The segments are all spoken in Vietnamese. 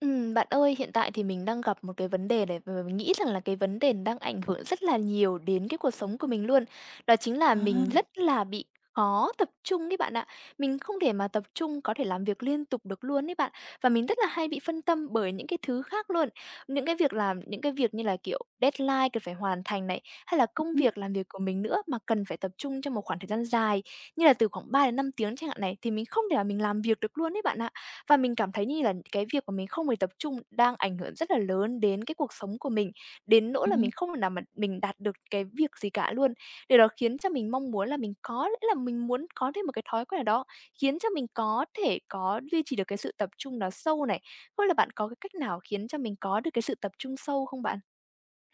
Bạn ơi, hiện tại thì mình đang gặp một cái vấn đề này và mình nghĩ rằng là cái vấn đề đang ảnh hưởng rất là nhiều đến cái cuộc sống của mình luôn. Đó chính là mình À, rất là bị khó tập trung ấy bạn ạ. Mình không thể mà tập trung có thể làm việc liên tục được luôn ấy bạn. Và mình rất là hay bị phân tâm bởi những cái thứ khác luôn. Những cái việc như là, kiểu, deadline cần phải hoàn thành này, hay là công ừm, việc làm việc của mình nữa mà cần phải tập trung trong một khoảng thời gian dài, như là từ khoảng 3 đến 5 tiếng chẳng hạn này, thì mình không thể mà mình làm việc được luôn ấy bạn ạ. Và mình cảm thấy như là cái việc mà mình không hề tập trung đang ảnh hưởng rất là lớn đến cái cuộc sống của mình, đến nỗi là ừm, mình không thể nào mà mình đạt được cái việc gì cả luôn. Điều đó khiến cho mình mong muốn là mình có lẽ là mình muốn có thêm một cái thói quen nào đó, khiến cho mình có thể duy trì được cái sự tập trung nó sâu này. Không biết là bạn có cái cách nào khiến cho mình có được cái sự tập trung sâu không bạn?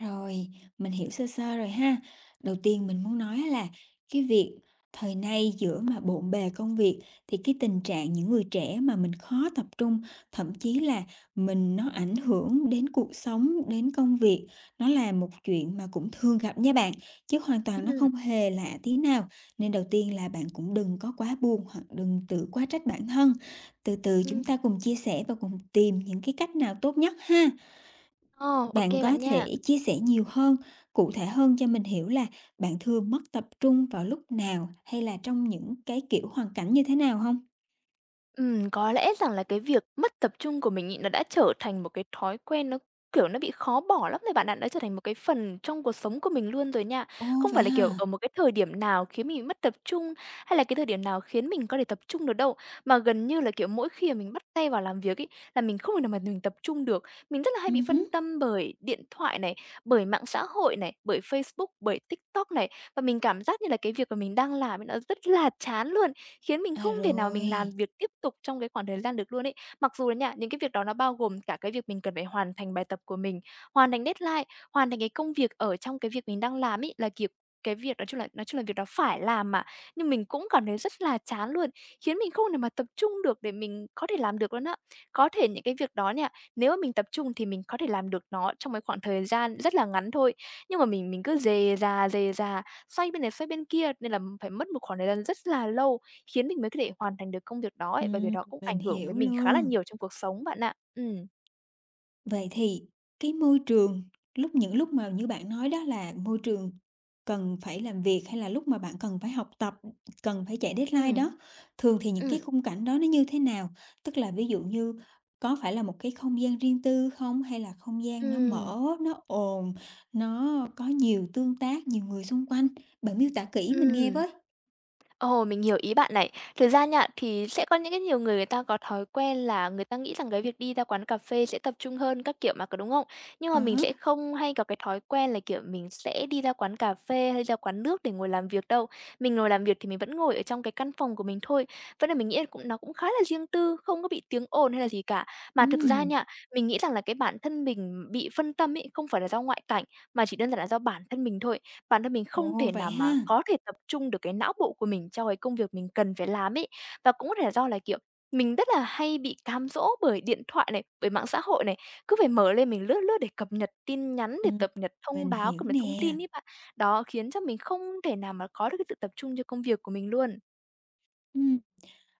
rồi, mình hiểu sơ sơ rồi ha. Đầu tiên mình muốn nói là cái việc thời nay giữa mà bộn bề công việc thì cái tình trạng những người trẻ mà mình khó tập trung, thậm chí là mình nó ảnh hưởng đến cuộc sống, đến công việc, nó là một chuyện mà cũng thường gặp nha bạn, chứ hoàn toàn nó Ừm, không hề lạ tí nào. Nên đầu tiên là bạn cũng đừng có quá buồn hoặc đừng tự quá trách bản thân. Từ từ ừm. chúng ta cùng chia sẻ và cùng tìm những cái cách nào tốt nhất ha. Ồ, ô Bạn có bạn nha. thể chia sẻ nhiều hơn, cụ thể hơn cho mình hiểu là bạn thường mất tập trung vào lúc nào hay là trong những cái kiểu hoàn cảnh như thế nào không? Có lẽ rằng là cái việc mất tập trung của mình ấy, nó đã trở thành một cái thói quen nó, kiểu, nó bị khó bỏ lắm rồi bạn ạ, nó trở thành một cái phần trong cuộc sống của mình luôn rồi nha. Ồ, Không vậy phải là, kiểu, hả? ở một cái thời điểm nào khiến mình bị mất tập trung, hay là cái thời điểm nào khiến mình có thể tập trung được đâu, mà gần như là, kiểu, mỗi khi mà mình bắt tay vào làm việc ấy, là mình không thể nào mà mình tập trung được. Mình rất là hay Ừ bị phân hứm, tâm bởi điện thoại này, bởi mạng xã hội này, bởi Facebook, bởi TikTok này, và mình cảm giác như là cái việc mà mình đang làm ấy nó rất là chán luôn khiến mình không à, thể nào rồi, mình làm việc tiếp tục trong cái khoảng thời gian được luôn ấy. Mặc dù là nha, những cái việc đó nó bao gồm cả cái việc mình cần phải hoàn thành bài tập của mình, hoàn thành deadline, hoàn thành cái công việc ở trong cái việc mình đang làm ấy, là, kiểu, cái việc nói chung là việc đó phải làm mà, nhưng mình cũng cảm thấy rất là chán luôn, khiến mình không thể mà tập trung được để mình có thể làm được luôn á. Có thể những cái việc đó nha, nếu mà mình tập trung thì mình có thể làm được nó trong cái khoảng thời gian rất là ngắn thôi, nhưng mà mình cứ dề ra, xoay bên này xoay bên kia nên là phải mất một khoảng thời gian rất là lâu khiến mình mới có thể hoàn thành được công việc đó ấy, và việc đó cũng mình ảnh hưởng hiểu với mình khá là luôn. nhiều trong cuộc sống bạn ạ. Ừm. Vậy thì cái môi trường lúc những lúc mà như bạn nói đó là môi trường cần phải làm việc hay là lúc mà bạn cần phải học tập, cần phải chạy deadline Ừm, đó, thường thì những cái ừm, khung cảnh đó nó như thế nào? Tức là ví dụ như có phải là một cái không gian riêng tư không hay là không gian nó ừm, mở, nó ồn, nó có nhiều tương tác, nhiều người xung quanh? Bạn miêu tả kỹ mình nghe ừm. với. Ồ, mình hiểu ý bạn này. Thực ra nha, thì sẽ có những cái nhiều người người ta có thói quen là người ta nghĩ rằng cái việc đi ra quán cà phê sẽ tập trung hơn các kiểu mà, có đúng không? Nhưng À mà mình hả. sẽ không hay có cái thói quen là, kiểu, mình sẽ đi ra quán cà phê hay ra quán nước để ngồi làm việc đâu. Mình ngồi làm việc thì mình vẫn ngồi ở trong cái căn phòng của mình thôi. Vẫn là mình nghĩ là cũng nó cũng khá là riêng tư, không có bị tiếng ồn hay là gì cả. Mà thực ra Ừm. nha, mình nghĩ rằng là cái bản thân mình bị phân tâm ấy, không phải là do ngoại cảnh, mà chỉ đơn giản là do bản thân mình thôi. Bản thân mình không Ồ, thể vậy nào mà ha. có thể tập trung được cái não bộ của mình cho cái công việc mình cần phải làm ấy. Và cũng có thể là do là, kiểu, mình rất là hay bị cám dỗ bởi điện thoại này, bởi mạng xã hội này, cứ phải mở lên mình lướt lướt để cập nhật tin nhắn, để Ừm, cập nhật thông mình báo, hiểu cập nhật thông nè. tin ấy bạn. Đó, khiến cho mình không thể nào mà có được cái sự tập trung cho công việc của mình luôn. Ừm.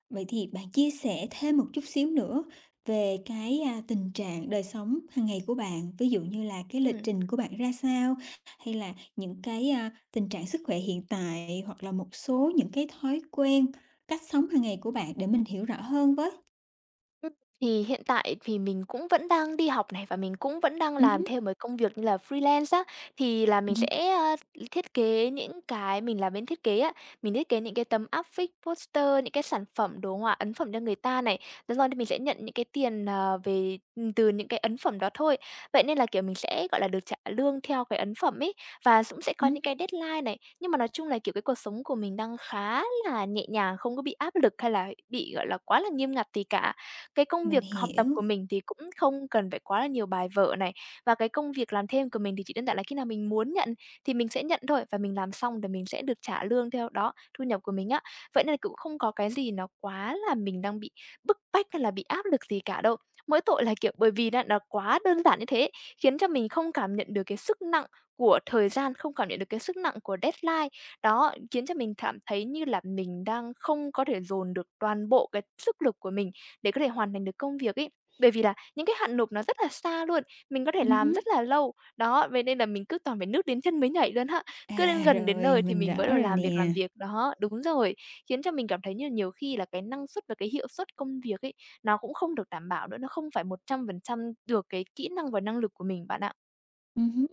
Vậy thì bạn chia sẻ thêm một chút xíu nữa về cái, a, tình trạng đời sống hàng ngày của bạn, ví dụ như là cái lịch Ừm. trình của bạn ra sao? Hay là những cái, a, tình trạng sức khỏe hiện tại, hoặc là một số những cái thói quen, cách sống hàng ngày của bạn để mình hiểu rõ hơn với. Ừm, thì hiện tại thì mình cũng vẫn đang đi học này, và mình cũng vẫn đang làm Hứm, thêm mấy công việc như là freelance á. Thì là mình ừm, sẽ, a, thiết kế những cái mình làm bên thiết kế á, mình thiết kế những cái tấm áp phích, poster, những cái sản phẩm, đồ họa, ấn phẩm cho người ta này. Thế rồi thì mình sẽ nhận những cái tiền, về từ những cái ấn phẩm đó thôi. Vậy nên là, kiểu, mình sẽ, gọi là, được trả lương theo cái ấn phẩm ấy, và cũng sẽ có ừm, những cái deadline này. Nhưng mà nói chung là, kiểu, cái cuộc sống của mình đang khá là nhẹ nhàng, không có bị áp lực hay là bị, gọi là, quá là nghiêm ngặt gì cả. Cái công mình việc học tập hiểu. của mình thì cũng không cần phải quá là nhiều bài vở này, và cái công việc làm thêm của mình thì chỉ đơn giản là khi nào mình muốn nhận thì mình sẽ nhận thôi và mình làm xong thì mình sẽ được trả lương theo đó, thu nhập của mình á. Vậy nên là cũng không có cái gì nó quá là mình đang bị bức bách hay là bị áp lực gì cả đâu. Mỗi tội là, kiểu, bởi vì là nó quá đơn giản như thế, khiến cho mình không cảm nhận được cái sức nặng của thời gian, không cảm nhận được cái sức nặng của deadline. Đó, khiến cho mình cảm thấy như là mình đang không có thể dồn được toàn bộ cái sức lực của mình để có thể hoàn thành được công việc ấy. Bởi vì là những cái hạn nộp nó rất là xa luôn, mình có thể làm Hứm. rất là lâu. Đó, vậy nên là mình cứ toàn phải nước đến chân mới nhảy luôn á, À, cứ đến gần đến rồi, nơi thì mình mình mới rõ đầu rồi làm việc nè. làm việc. Đó, đúng rồi, khiến cho mình cảm thấy như nhiều khi là cái năng suất và cái hiệu suất công việc ấy, nó cũng không được đảm bảo nữa, nó không phải 100% được cái kỹ năng và năng lực của mình bạn ạ. Hứm.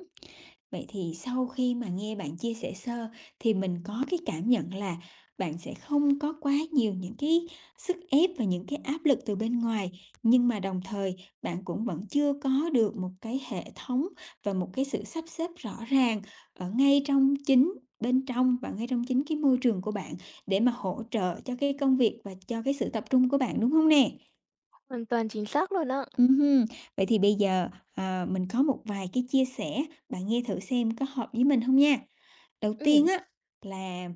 Vậy thì sau khi mà nghe bạn chia sẻ sơ thì mình có cái cảm nhận là bạn sẽ không có quá nhiều những cái sức ép và những cái áp lực từ bên ngoài, nhưng mà đồng thời bạn cũng vẫn chưa có được một cái hệ thống và một cái sự sắp xếp rõ ràng ở ngay trong chính bên trong và ngay trong chính cái môi trường của bạn để mà hỗ trợ cho cái công việc và cho cái sự tập trung của bạn, đúng không nè? Hoàn toàn chính xác luôn ạ. Ừm vậy thì bây giờ, mình có một vài cái chia sẻ, bạn nghe thử xem có hợp với mình không nha. Đầu tiên Ừ, á, là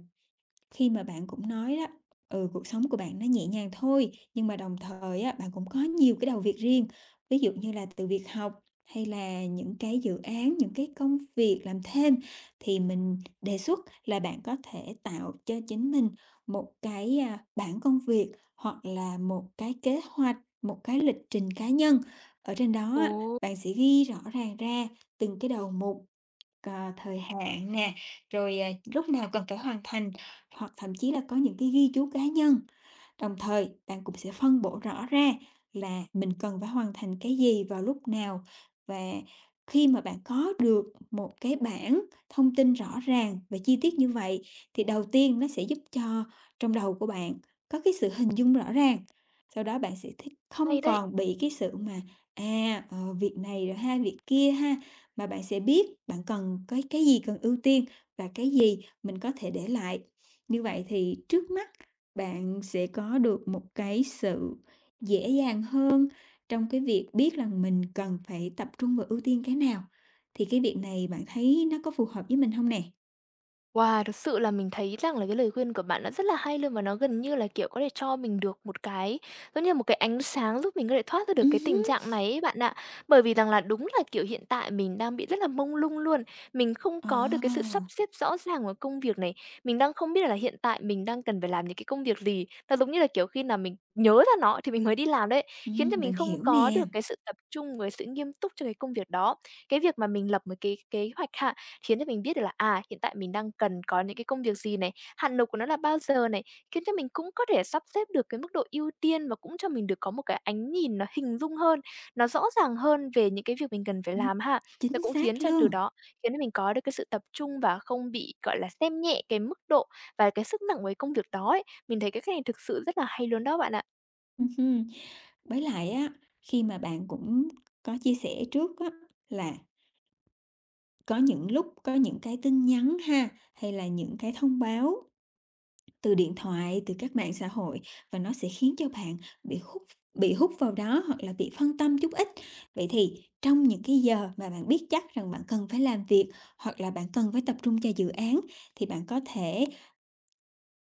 khi mà bạn cũng nói đó, ừ, cuộc sống của bạn nó nhẹ nhàng thôi, nhưng mà đồng thời á, bạn cũng có nhiều cái đầu việc riêng. Ví dụ như là từ việc học hay là những cái dự án, những cái công việc làm thêm thì mình đề xuất là bạn có thể tạo cho chính mình một cái, à, bảng công việc hoặc là một cái kế hoạch, một cái lịch trình cá nhân. Ở trên đó ồ, á, bạn sẽ ghi rõ ràng ra từng cái đầu mục Cà thời hạn nè, rồi, à, lúc nào cần phải hoàn thành, hoặc thậm chí là có những cái ghi chú cá nhân. Đồng thời, bạn cũng sẽ phân bổ rõ ra là mình cần phải hoàn thành cái gì vào lúc nào và khi mà bạn có được một cái bảng thông tin rõ ràng và chi tiết như vậy thì đầu tiên nó sẽ giúp cho trong đầu của bạn có cái sự hình dung rõ ràng. Sau đó bạn sẽ thích không hay đấy! còn bị cái sự mà à ờ, việc này rồi ha, việc kia ha mà bạn sẽ biết bạn cần cái gì cần ưu tiên và cái gì mình có thể để lại. Như vậy thì trước mắt bạn sẽ có được một cái sự dễ dàng hơn trong cái việc biết rằng mình cần phải tập trung và ưu tiên cái nào. Thì cái việc này bạn thấy nó có phù hợp với mình không nè? Wow, thực sự là mình thấy rằng là cái lời khuyên của bạn nó rất là hay luôn và nó gần như là, kiểu, có thể cho mình được một cái giống như một cái ánh sáng giúp mình có thể thoát ra được cái tình Hứm. trạng này ấy bạn ạ. Bởi vì rằng là đúng là, kiểu, hiện tại mình đang bị rất là mông lung luôn, mình không Ờ, có được cái sự sắp xếp rõ ràng của công việc này, mình đang không biết là hiện tại mình đang cần phải làm những cái công việc gì. Nó giống như là, kiểu, khi nào mình nhớ ra nó thì mình mới đi làm đấy, khiến cho mình mình không hiểu có nè. được cái sự tập trung với sự nghiêm túc cho cái công việc đó. Cái việc mà mình lập một cái kế hoạch hạn khiến cho mình biết được là, à, hiện tại mình đang cần có những cái công việc gì này, hạn nộp của nó là bao giờ này, khiến cho mình cũng có thể sắp xếp được cái mức độ ưu tiên và cũng cho mình được có một cái ánh nhìn nó hình dung hơn, nó rõ ràng hơn về những cái việc mình cần phải Ừm, làm ha. Nó chính cũng khiến xác cho từ luôn. đó khiến cho mình có được cái sự tập trung và không bị, gọi là, xem nhẹ cái mức độ và cái sức nặng của cái công việc đó ấy. Mình thấy cái cách này thực sự rất là hay luôn đó bạn ạ. Hưm. Với lại á, khi mà bạn cũng có chia sẻ trước á là có những lúc có những cái tin nhắn ha, hay là những cái thông báo từ điện thoại, từ các mạng xã hội và nó sẽ khiến cho bạn bị hút, bị hút vào đó hoặc là bị phân tâm chút ít. Vậy thì trong những cái giờ mà bạn biết chắc rằng bạn cần phải làm việc hoặc là bạn cần phải tập trung cho dự án thì bạn có thể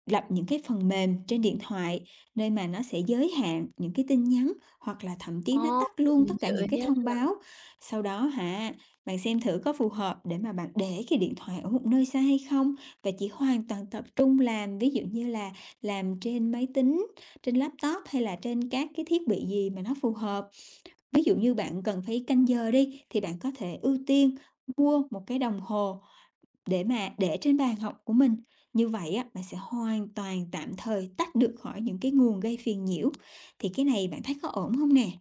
lập những cái phần mềm trên điện thoại nơi mà nó sẽ giới hạn những cái tin nhắn hoặc là thậm chí Ồ, nó tắt luôn tất mình cả hiểu những rồi cái nha. thông báo. Sau đó hả, bạn xem thử có phù hợp để mà bạn để cái điện thoại ở một nơi xa hay không và chỉ hoàn toàn tập trung làm, ví dụ như là làm trên máy tính, trên laptop hay là trên các cái thiết bị gì mà nó phù hợp. Ví dụ như bạn cần phải canh giờ đi thì bạn có thể ưu tiên mua một cái đồng hồ để mà để trên bàn học của mình. Như vậy á, bạn sẽ hoàn toàn tạm thời tách được khỏi những cái nguồn gây phiền nhiễu. Thì cái này bạn thấy có ổn không nè?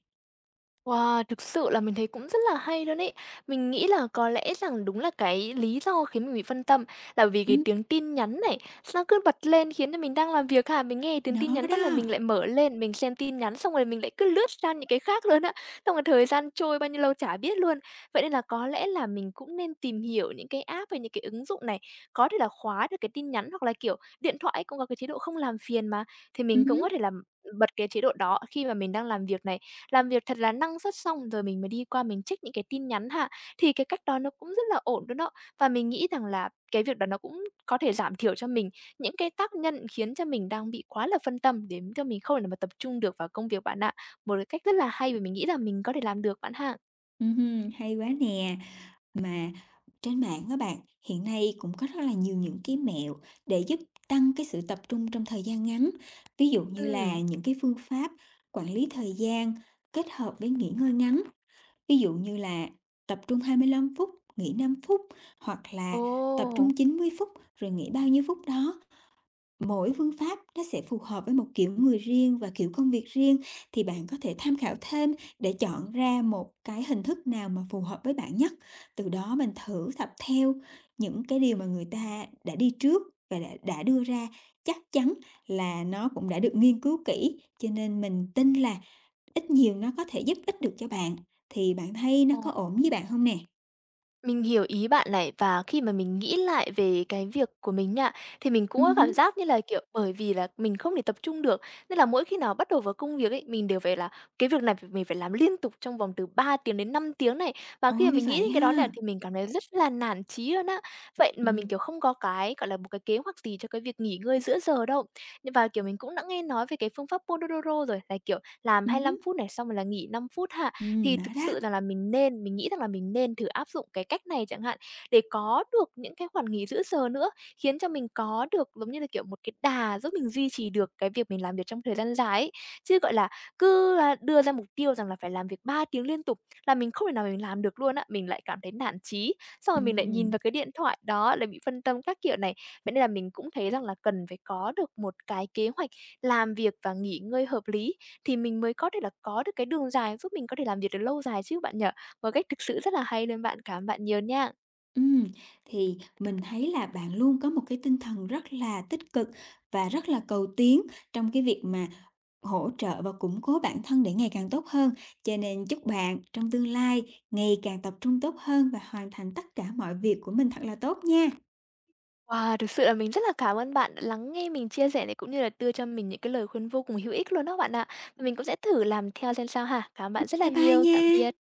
Wow, thực sự là mình thấy cũng rất là hay luôn ấy. Mình nghĩ là có lẽ rằng đúng là cái lý do khiến mình bị phân tâm là vì cái Ừm. tiếng tin nhắn này, nó cứ bật lên khiến cho mình đang làm việc ha, mình nghe tiếng tin Nó nhắn phát là đó. mình lại mở lên, mình xem tin nhắn xong rồi mình lại cứ lướt sang những cái khác luôn á. Xong rồi thời gian trôi bao nhiêu lâu chả biết luôn. Vậy nên là có lẽ là mình cũng nên tìm hiểu những cái app hay những cái ứng dụng này, có thể là khóa được cái tin nhắn hoặc là kiểu điện thoại cũng có cái chế độ không làm phiền mà thì mình cũng Hứm, có thể là bật cái chế độ đó khi mà mình đang làm việc này, làm việc thật là năng suất xong rồi mình mới đi qua mình check những cái tin nhắn ha. Thì cái cách đó nó cũng rất là ổn luôn đó. Và mình nghĩ rằng là cái việc đó nó cũng có thể giảm thiểu cho mình những cái tác nhân khiến cho mình đang bị quá là phân tâm đến cho mình không thể nào mà tập trung được vào công việc bạn ạ. Một cái cách rất là hay và mình nghĩ là mình có thể làm được bạn ha. Hưm, hay quá nè. Mà trên mạng các bạn, hiện nay cũng có rất là nhiều những cái mẹo để giúp tăng cái sự tập trung trong thời gian ngắn. Ví dụ như Ừ. là những cái phương pháp quản lý thời gian kết hợp với nghỉ ngơi ngắn. Ví dụ như là tập trung 25 phút, nghỉ 5 phút hoặc là tập Ồ! trung 90 phút rồi nghỉ bao nhiêu phút đó. Mỗi phương pháp nó sẽ phù hợp với một kiểu người riêng và kiểu công việc riêng thì bạn có thể tham khảo thêm để chọn ra một cái hình thức nào mà phù hợp với bạn nhất. Từ đó mình thử tập theo những cái điều mà người ta đã đi trước và đã đưa ra, chắc chắn là nó cũng đã được nghiên cứu kỹ cho nên mình tin là ít nhiều nó có thể giúp ích được cho bạn, thì bạn thấy nó có Ồ. ổn với bạn không nè? Mình hiểu ý bạn này, và khi mà mình nghĩ lại về cái việc của mình nha, thì mình Ừ, cũng có hứ. cảm giác như là, kiểu, bởi vì là mình không thể tập trung được, nên là mỗi khi nào bắt đầu vào công việc ấy, mình đều phải là cái việc này phải mình phải làm liên tục trong vòng từ 3 tiếng đến 5 tiếng này. Và khi mà Ôi, mình nghĩ vậy đến cái đó nè, ha. thì mình cảm thấy rất là nản chí luôn á. Vậy Ừ, mà mình, kiểu, không có cái, gọi là, một cái kế hoạch gì cho cái việc nghỉ ngơi giữa giờ đâu. Nhưng, kiểu, mình cũng đã nghe nói về cái phương pháp Pomodoro rồi, là, kiểu, làm ừ, hai lăm hứm, phút này, xong rồi là nghỉ 5 phút ha. Thì nó thực sự đó. rằng là mình nghĩ rằng là mình nên thử áp dụng cái cách này chẳng hạn, để có được những cái khoản nghỉ giữa giờ nữa, khiến cho mình có được, giống như là, kiểu, một cái đà giúp mình duy trì được cái việc mình làm việc trong thời gian dài ấy. Chứ, gọi là, cứ, là đưa ra mục tiêu rằng là phải làm việc 3 tiếng liên tục là mình không thể nào mình làm được luôn á, mình lại cảm thấy nản chí, xong Ừ, rồi mình lại nhìn vào cái điện thoại, đó, lại bị phân tâm các kiểu này. Vậy nên là mình cũng thấy rằng là cần phải có được một cái kế hoạch làm việc và nghỉ ngơi hợp lý thì mình mới có thể là có được cái đường dài giúp mình có thể làm việc được lâu dài chứ bạn nhỉ? Một cách thực sự rất là hay luôn bạn, cảm ơn bạn nhiều nha. ừ. Thì mình thấy là bạn luôn có một cái tinh thần rất là tích cực và rất là cầu tiến trong cái việc mà hỗ trợ và củng cố bản thân để ngày càng tốt hơn, cho nên chúc bạn trong tương lai ngày càng tập trung tốt hơn và hoàn thành tất cả mọi việc của mình thật là tốt nha. Wow, thực sự là mình rất là cảm ơn bạn đã lắng nghe mình chia sẻ này, cũng như là đưa cho mình những cái lời khuyên vô cùng hữu ích luôn đó bạn ạ. Mình cũng sẽ thử làm theo xem sao ha. Cảm ơn bạn rất là Bye bye nhiều. nha. Tạm biệt.